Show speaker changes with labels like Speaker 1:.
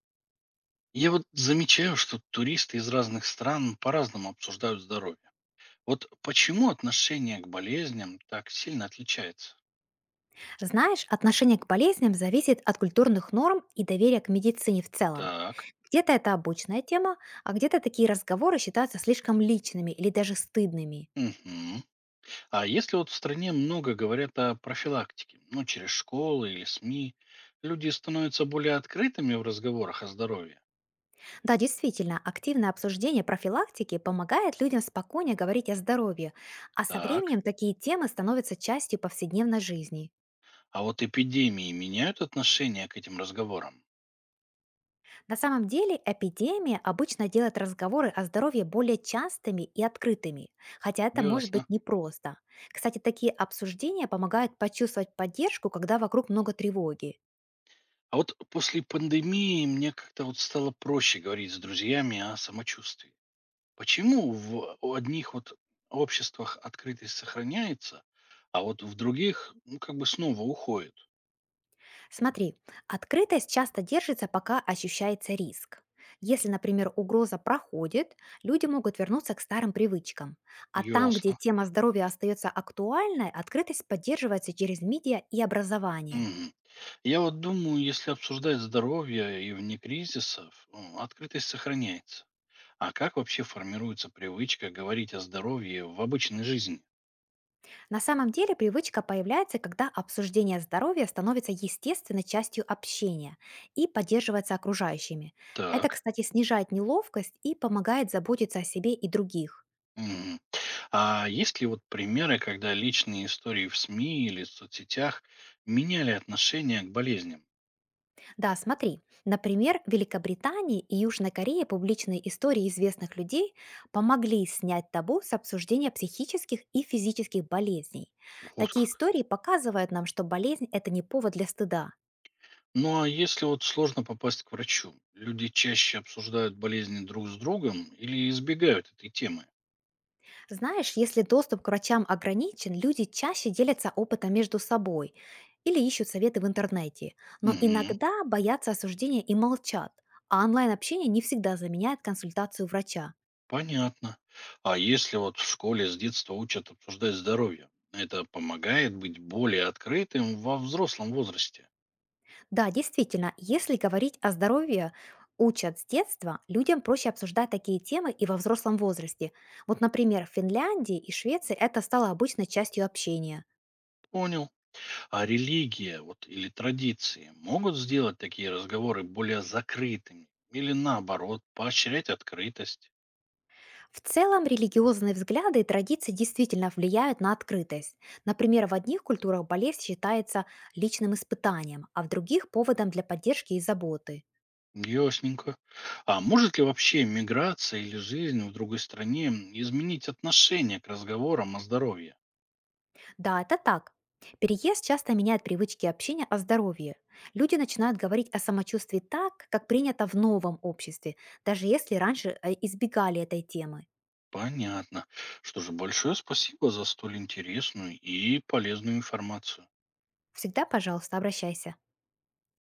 Speaker 1: Я вот замечаю, что туристы из разных стран по-разному обсуждают здоровье. Вот почему отношение к болезням так сильно отличается?
Speaker 2: Знаешь, отношение к болезням зависит от культурных норм и доверия к медицине в целом.
Speaker 1: Так.
Speaker 2: Где-то это обычная тема, а где-то такие разговоры считаются слишком личными или даже стыдными.
Speaker 1: Мгм. А если вот в стране много говорят о профилактике, ну, через школы или СМИ, люди становятся более открытыми в разговорах о здоровье?
Speaker 2: Да, действительно, активное обсуждение профилактики помогает людям спокойнее говорить о здоровье, а со
Speaker 1: Так.
Speaker 2: временем такие темы становятся частью повседневной жизни.
Speaker 1: А вот эпидемии меняют отношение к этим разговорам?
Speaker 2: На самом деле эпидемия обычно делает разговоры о здоровье более частыми и открытыми, хотя это может быть
Speaker 1: Ясно.
Speaker 2: непросто. Кстати, такие обсуждения помогают почувствовать поддержку, когда вокруг много тревоги.
Speaker 1: А вот после пандемии мне как-то вот стало проще говорить с друзьями о самочувствии. Почему в у одних вот обществах открытость сохраняется, а вот в других, ну, как бы снова уходит?
Speaker 2: Смотри, открытость часто держится, пока ощущается риск. Если, например, угроза проходит, люди могут вернуться к старым привычкам. А там, где
Speaker 1: Ясно.
Speaker 2: тема здоровья остается актуальной, открытость поддерживается через медиа и образование.
Speaker 1: Мгм. Я вот думаю, если обсуждать здоровье и вне кризисов, открытость сохраняется. А как вообще формируется привычка говорить о здоровье в обычной жизни?
Speaker 2: На самом деле привычка появляется, когда обсуждение здоровья становится естественной частью общения и поддерживается окружающими. Это,
Speaker 1: Так.
Speaker 2: кстати, снижает неловкость и помогает заботиться о себе и других.
Speaker 1: Мгм. А есть ли вот примеры, когда личные истории в СМИ или соцсетях меняли отношение к болезням?
Speaker 2: Да, смотри, например, в Великобритании и Южной Корее публичные истории известных людей помогли снять табу с обсуждения психических и физических болезней.
Speaker 1: Вот
Speaker 2: Такие
Speaker 1: как.
Speaker 2: истории показывают нам, что болезнь– это не повод для стыда.
Speaker 1: Ну а если вот сложно попасть к врачу, люди чаще обсуждают болезни друг с другом или избегают этой темы?
Speaker 2: Знаешь, если доступ к врачам ограничен, люди чаще делятся опытом между собой или ищут советы в интернете, но
Speaker 1: Мгм.
Speaker 2: иногда боятся осуждения и молчат, а онлайн-общение не всегда заменяет консультацию врача.
Speaker 1: Понятно. А если вот в школе с детства учат обсуждать здоровье, это помогает быть более открытым во взрослом возрасте?
Speaker 2: Да, действительно, если говорить о здоровье, учат с детства, людям проще обсуждать такие темы и во взрослом возрасте. Вот, например, в Финляндии и Швеции это стало обычной частью общения.
Speaker 1: Понял. А религия вот, или традиции могут сделать такие разговоры более закрытыми или наоборот поощрять открытость?
Speaker 2: В целом, религиозные взгляды и традиции действительно влияют на открытость. Например, в одних культурах болезнь считается личным испытанием, а в других– поводом для поддержки и заботы.
Speaker 1: Ясненько. А может ли вообще миграция или жизнь в другой стране изменить отношение к разговорам о здоровье?
Speaker 2: Да, это так. Переезд часто меняет привычки общения о здоровье. Люди начинают говорить о самочувствии так, как принято в новом обществе, даже если раньше избегали этой темы.
Speaker 1: Понятно. Что же, большое спасибо за столь интересную и полезную информацию.
Speaker 2: Всегда, пожалуйста, обращайся.